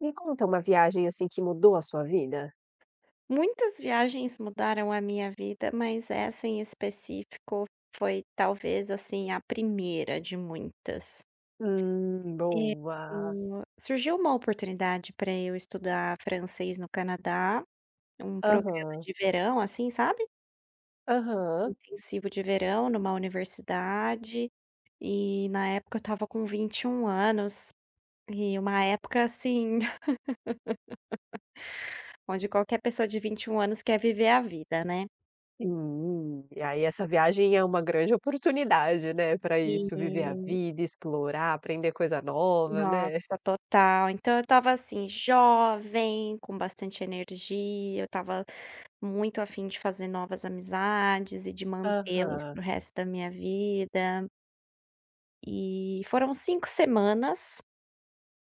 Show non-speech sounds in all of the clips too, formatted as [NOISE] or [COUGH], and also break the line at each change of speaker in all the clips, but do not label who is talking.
Me conta uma viagem, assim, que mudou a sua vida.
Muitas viagens mudaram a minha vida, mas essa em específico foi talvez, assim, a primeira de muitas. Eh,
Boa.
Surgiu uma oportunidade para eu estudar francês no Canadá, um programa
Aham,
de verão, assim, sabe,
aham.
intensivo de verão numa universidade, e na época eu estava com 21 anos, e uma época, assim, [LAUGHS] onde qualquer pessoa de 21 anos quer viver a vida, né.
E aí essa viagem é uma grande oportunidade, né? Para isso, viver a
E
vida, explorar, aprender coisa nova,
nossa,
né.
total. Então eu estava assim, jovem, com bastante energia, eu estava muito a fim de fazer novas amizades e de mantê-las
Aham.
para o resto da minha vida. E foram 5 semanas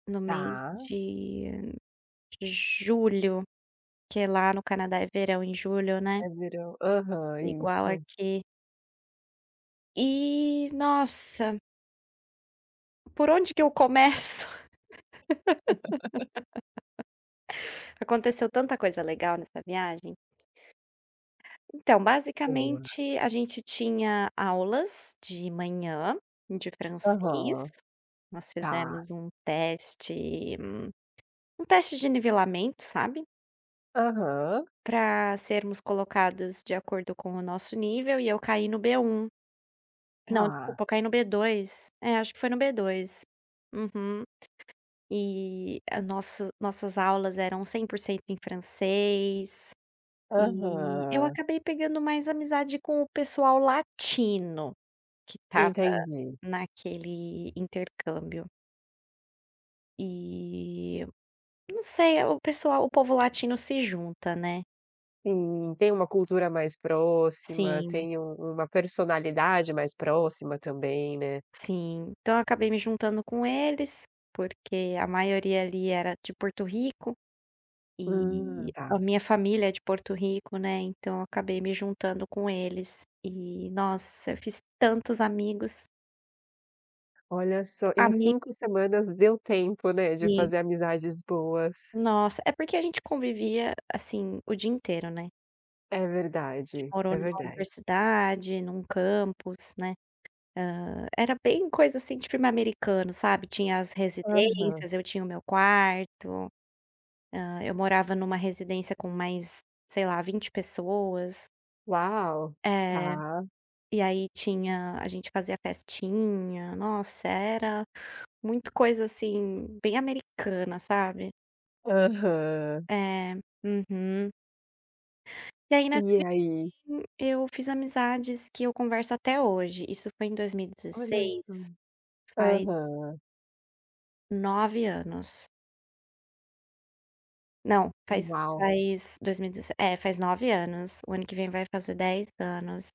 no mês
Tá.
de julho, que lá no Canadá é verão em julho, né,
É verão. Aham,
igual
isso.
aqui. E nossa, por onde que eu começo? [LAUGHS] Aconteceu tanta coisa legal nessa viagem. Então,
Boa.
basicamente, a gente tinha aulas de manhã de
Aham.
francês. Nós
Tá.
fizemos um teste de nivelamento, sabe,
Aham.
para sermos colocados de acordo com o nosso nível e eu caí no B1. Não,
Tá.
desculpa, eu caí no B2. É, acho que foi no B2. Uhum. E a nossa nossas aulas eram 100% em francês, e eu
Aham.
acabei pegando mais amizade com o pessoal latino que estava
Entendi.
naquele intercâmbio. E, não sei, o povo latino se junta, né.
Sim, tem uma cultura mais próxima,
Sim.
tem uma personalidade mais próxima também, né.
Sim. Então eu acabei me juntando com eles, porque a maioria ali era de Porto Rico, e
Tá.
a minha família é de Porto Rico, né, então eu acabei me juntando com eles. E, nossa, eu fiz tantos amigos,
Olha só, em
amigos,
5 semanas deu tempo, né, de fazer amizades boas.
nossa, é porque a gente convivia, assim, o dia inteiro, né.
É verdade, é
Morou numa
verdade.
universidade, num campus, né. Era bem coisa, assim, de filme americano, sabe. Tinha as
Aham.
residências, eu tinha o meu quarto, eu morava numa residência com mais, sei lá, 20 pessoas.
Uau!
É,
Tá.
e aí tinha a gente fazia festinha, nossa, era muito coisa, assim, bem americana, sabe.
Aham.
É, uhum. E aí nessa
E aí?
viagem eu fiz amizades que eu converso até hoje, isso foi em
Olha só.
2016, faz
Aham.
9 anos. Não, faz
Uau!
faz 2017 é, faz 9 anos, o ano que vem vai fazer 10 anos.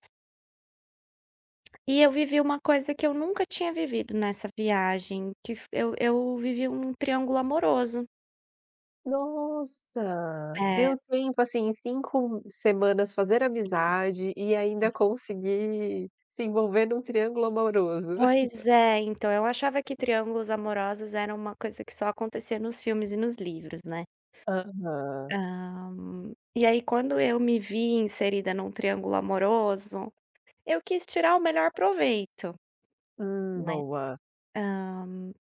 E eu vivi uma coisa que eu nunca tinha vivido nessa viagem, que f eu vivi um triângulo amoroso.
Nossa,
É,
deu tempo, assim, em 5 semanas fazer
sim,
amizade e
sim.
ainda conseguir se envolver num triângulo amoroso.
Pois é, então, eu achava que triângulos amorosos era uma coisa que só acontecia nos filmes e nos livros, né.
Aham.
E aí quando eu me vi inserida num triângulo amoroso, eu quis tirar o melhor proveito, né.
Boa.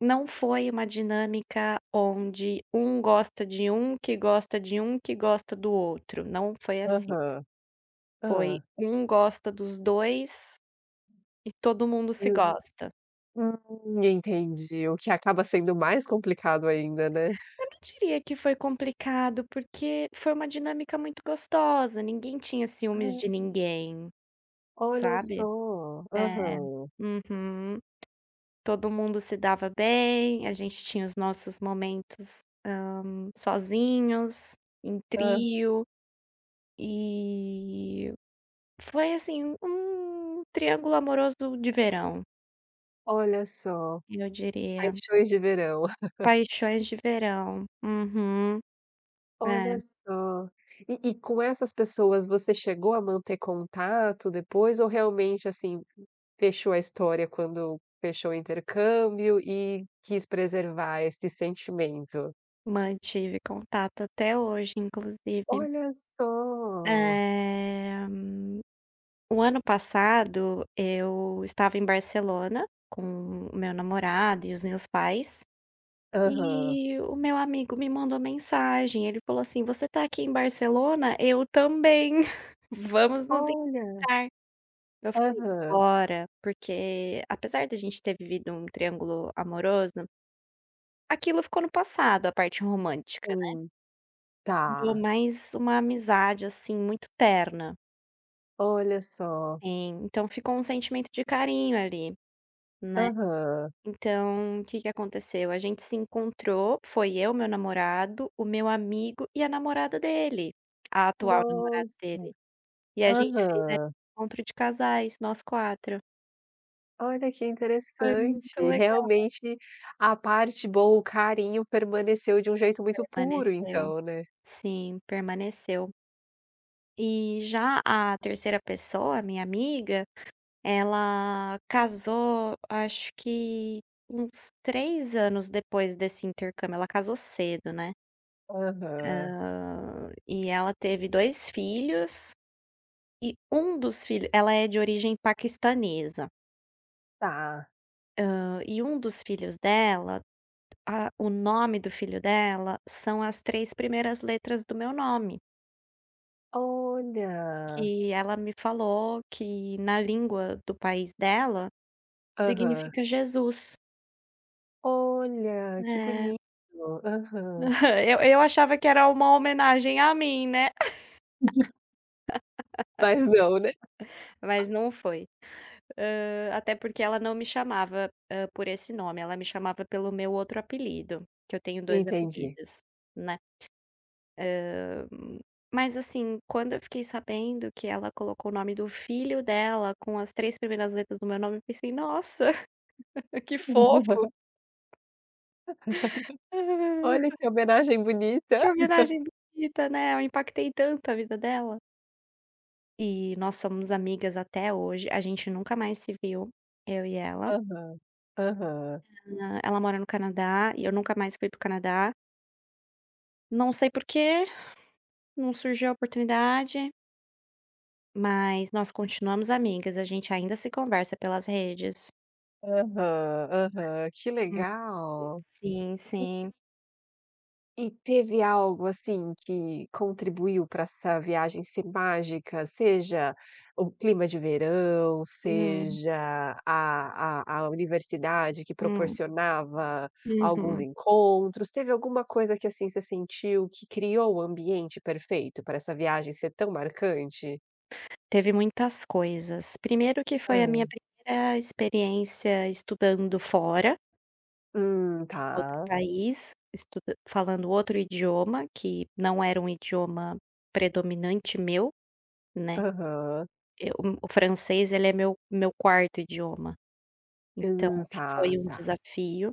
Não foi uma dinâmica onde um gosta de um, que gosta de um, que gosta do outro, não foi assim.
Aham.
Foi
Hã.
um gosta dos 2 e todo mundo
E
se
os
gosta.
entendi. O que acaba sendo mais complicado ainda, né.
Eu não diria que foi complicado, porque foi uma dinâmica muito gostosa, ninguém tinha ciúmes de
Ah,
ninguém,
olha
sabe?
só.
É.
Aham.
Uhum. Todo mundo se dava bem, a gente tinha os nossos momentos, sozinhos, em
Hã.
trio, e foi assim, um triângulo amoroso de verão,
Olha só,
eu diria.
paixões de verão.
Paixões de verão. Uhum. É,
Olha só. E com essas pessoas você chegou a manter contato depois ou realmente, assim, fechou a história quando fechou o intercâmbio e quis preservar esse sentimento?
mantive contato até hoje, inclusive.
Olha só.
Eh, o ano passado eu estava em Barcelona com o meu namorado e os meus pais,
Aham.
e o meu amigo me mandou mensagem, ele falou assim: "Você tá aqui em Barcelona? Eu também, [LAUGHS] vamos nos
Olha.
encontrar". Eu falei:
Aham.
"Bora", porque apesar da gente ter vivido um triângulo amoroso, aquilo ficou no passado, a parte romântica, né.
Sim.
Virou
Tá.
mais uma amizade, assim, muito terna.
Olha só.
Sim, então ficou um sentimento de carinho ali, né.
Aham.
Então, o que que aconteceu? A gente se encontrou, foi eu, meu namorado, o meu amigo e a namorada dele, a atual namorada
Nossa.
dele. E a gente fez ali
Aham.
um encontro de casais, nós 4.
Olha que
Foi
interessante.
muito legal,
Realmente a parte boa, o carinho permaneceu de um jeito muito puro
permaneceu.
então, né?
Sim, permaneceu. E já a terceira pessoa, minha amiga, ela casou, acho que uns 3 anos depois desse intercâmbio. Ela casou cedo, né.
Aham,
E ela teve 2 filhos e um dos filhos ela é de origem paquistanesa.
tá.
E um dos filhos dela, a o nome do filho dela são as 3 primeiras letras do meu nome,
Olha.
que ela me falou que na língua do país dela
Aham.
significa Jesus.
Olha, que
É.
bonito. Aham.
[LAUGHS] Eu achava que era uma homenagem a mim, né,
[LAUGHS] Mas não, né?
[LAUGHS] mas não foi. Até porque ela não me chamava, por esse nome, ela me chamava pelo meu outro apelido, que eu tenho dois
Entendi.
apelidos, né. Hã, mas assim, quando eu fiquei sabendo que ela colocou o nome do filho dela com as 3 primeiras letras do meu nome, eu pensei: "Nossa, [LAUGHS] que fofo.
[LAUGHS] Olha
Ah,
que homenagem
que
bonita.
homenagem bonita, né, eu impactei tanto a vida dela". E nós somos amigas até hoje, a gente nunca mais se viu, eu e ela.
Aham, aham,
Ela mora no Canadá e eu nunca mais fui para o Canadá. Não sei por quê, não surgiu a oportunidade, mas nós continuamos amigas, a gente ainda se conversa pelas redes.
aham, aham, que
Hum.
legal.
Sim, sim.
E teve algo, assim, que contribuiu para essa viagem ser mágica, seja o clima de verão,
Hum,
seja a universidade que
hum,
proporcionava alguns
uhum.
encontros? Teve alguma coisa que, assim, você sentiu que criou o ambiente perfeito para essa viagem ser tão marcante?
Teve muitas coisas. Primeiro que
Hã.
foi a minha primeira experiência estudando fora em
Tá.
outro país, estuda falando outro idioma, que não era um idioma predominante meu, né.
Aham.
Eu o francês ele é meu quarto idioma, então
Tá,
foi um
tá.
desafio.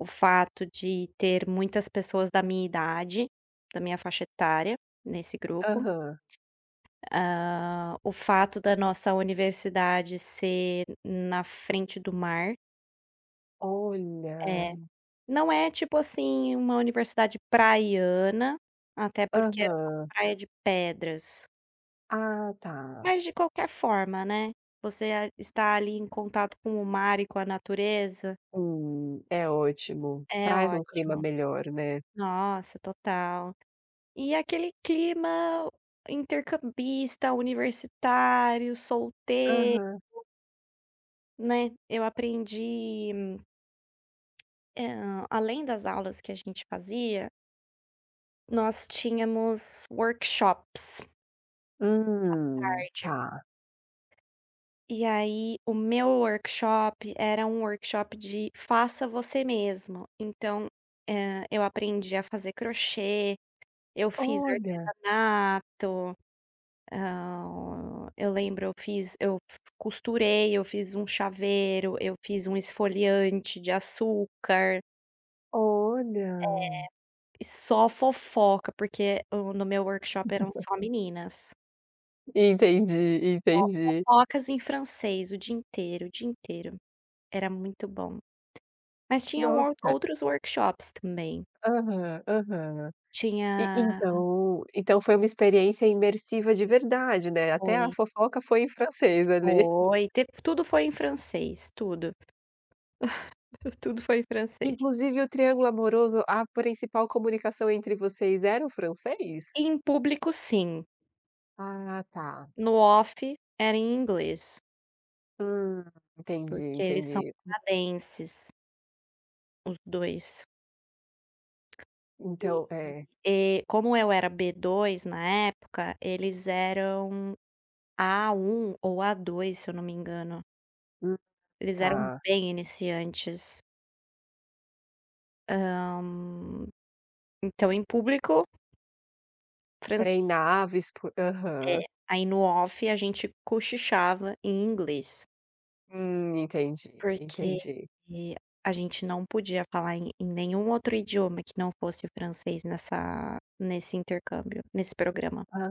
O fato de ter muitas pessoas da minha idade, da minha faixa etária, nesse grupo,
Aham.
o fato da nossa universidade ser na frente do mar. É.
Olha.
Não é tipo assim uma universidade praiana, até porque era uma
Aham.
praia de pedras,
Ah, tá.
mas de qualquer forma, né, você a está ali em contato com o mar e com a natureza,
É ótimo.
é
Traz um clima
ótimo.
melhor, né.
Nossa, total. E aquele clima intercambista, universitário, solteiro,
Aham.
né, eu aprendi, além das aulas que a gente fazia, nós tínhamos workshops à tarde.
Tá.
E aí, o meu workshop era um workshop de faça você mesmo. Então, eu aprendi a fazer crochê, eu fiz
Olha,
artesanato, eu lembro, eu fiz eu f costurei, eu fiz um chaveiro, eu fiz um esfoliante de açúcar,
olha.
e só fofoca, porque o no meu workshop eram só meninas.
Entendi,
Só
entendi.
fofocas em francês o dia inteiro, o dia inteiro. Era muito bom. Mas tinham ou
Nossa.
outros workshops também.
Aham, aham. E
Tinha
então então foi uma experiência imersiva de verdade, né, até a
foi,
fofoca foi em francês ali.
teve tudo foi em francês, tudo, [LAUGHS] tudo foi em francês.
Inclusive o triângulo amoroso, a principal comunicação entre vocês era o francês?
Em público sim,
Ah, tá.
no off era em inglês,
Hum, entendi,
porque eles são
entendi.
canadenses, os 2.
Então é.
E como eu era B2 na época, eles eram A1 ou A2, se eu não me engano.
Hum,
Eles eram
tá.
bem iniciantes. Hã, então em público, francês.
Treinava expo aham.
É, aí no off a gente cochichava em inglês,
Entendi,
porque
entendi.
a gente não podia falar em nenhum outro idioma que não fosse francês nessa nesse intercâmbio, nesse programa.
Ah,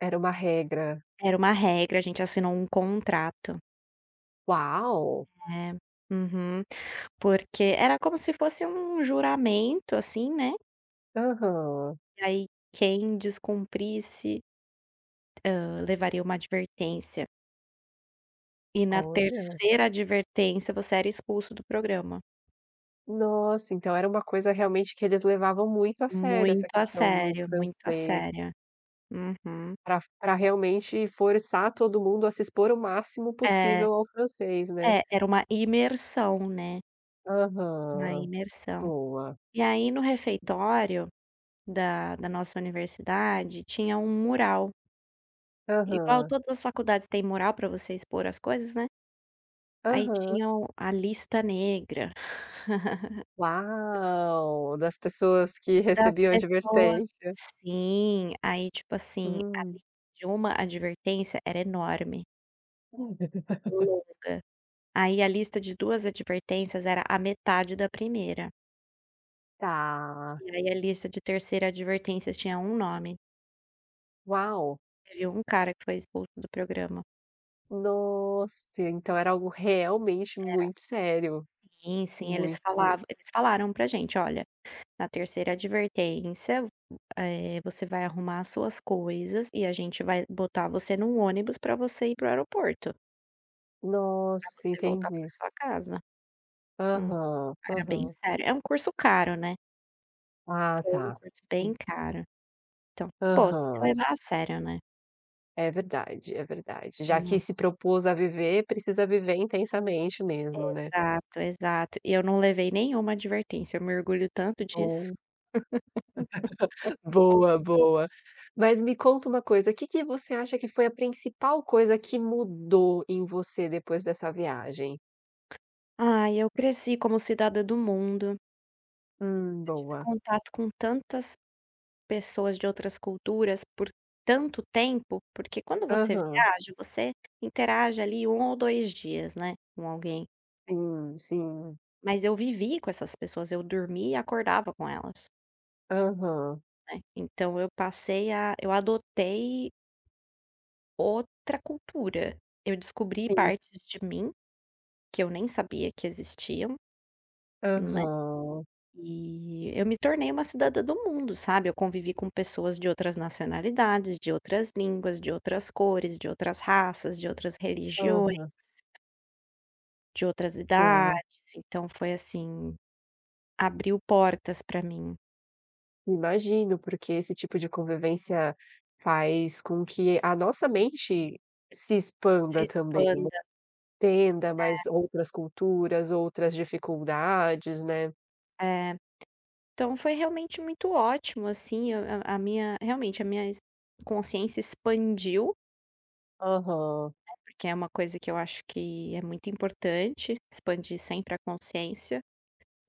era uma regra.
Era uma regra, a gente assinou um contrato.
Uau!
É. Uhum. Porque era como se fosse um juramento, assim, né,
Aham.
e aí quem descumprisse, levaria uma advertência. E na
Olha,
terceira advertência você era expulso do programa.
nossa, então era uma coisa realmente que eles levavam muito a sério essa
Muito a
questão do
sério, muito a
francês,
sério. Uhum.
pra realmente forçar todo mundo a se expor o máximo
É,
possível ao francês, né.
é, era uma imersão, né, uma
Aham,
imersão.
boa.
E aí no refeitório da nossa universidade tinha um mural, igual
Aham,
todas as faculdades têm mural para você expor as coisas, né, aí
aham.
tinha o a lista negra
Uau! Das pessoas que [LAUGHS]
das
recebiam
pessoas,
advertência.
sim, aí tipo assim, a lista de uma advertência era enorme,
Hum.
longa, aí a lista de 2 advertências era a metade da primeira.
Tá,
E aí a lista de terceira advertência tinha um nome,
uau,
teve um cara que foi expulso do programa.
nossa, então era algo realmente muito sério,
Sim, sim, eles
muito
falavam eles falaram pra gente: "Olha, na terceira advertência, você vai arrumar as suas coisas e a gente vai botar você num ônibus pra você ir pro aeroporto, pra
nossa,
você voltar pra
entendi.
sua casa". Hum,
Aham,
Era bem
aham.
sério. É um curso caro, né,
Ah,
foi um
tá.
curso
En
bem caro. Então, pô, tem que
aham,
levar a sério, né.
é verdade, é verdade. Já que
Hum,
se propôs a viver, precisa viver intensamente mesmo, né.
exato, exato. E eu não levei nenhuma advertência, eu me orgulho tanto disso.
Bom, boa, boa. Mas me conta uma coisa, o que que você acha que foi a principal coisa que mudou em você depois dessa viagem?
Ai, eu cresci como cidadã do mundo, eu tive
Boa.
contato com tantas pessoas de outras culturas por tanto tempo, porque quando você
Aham.
viaja, você interage ali 1 ou 2 dias, né, com alguém.
Sim, sim.
Mas eu vivi com essas pessoas, eu dormia e acordava com elas,
Aham.
né. Então eu passei a eu adotei outra cultura. Eu descobri
Sim.
partes de mim que eu nem sabia que existiam, né.
Aham.
E eu me tornei uma cidadã do mundo, sabe, eu convivi com pessoas de outras nacionalidades, de outras línguas, de outras cores, de outras raças, de outras religiões,
Aham.
de outras
Boa.
idades, então foi assim, abriu portas para mim.
Imagino, porque esse tipo de convivência faz com que a nossa mente se
Se
expanda também,
expanda.
entenda mais outras culturas, outras dificuldades, né.
É, então foi realmente muito ótimo, assim, eu a minha realmente a minha es consciência expandiu,
Aham.
porque é uma coisa que eu acho que é muito importante, expandir sempre a consciência.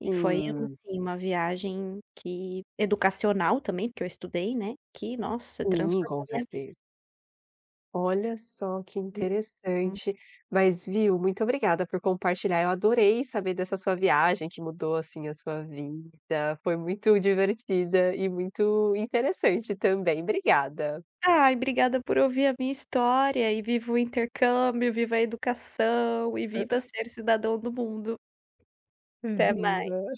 E foi uma, assim, uma viagem que educacional também, porque eu estudei, né, que, nossa,
Sim,
transformou
com
a minha vida.
certeza. Olha só que
Uhum.
interessante. Mas viu, muito obrigada por compartilhar. Eu adorei saber dessa sua viagem que mudou, assim, a sua vida. Foi muito divertida e muito interessante também. Obrigada.
Ai, obrigada por ouvir a minha história e viva o intercâmbio, viva a educação e viva ser cidadão do mundo. Até mais.
Viva.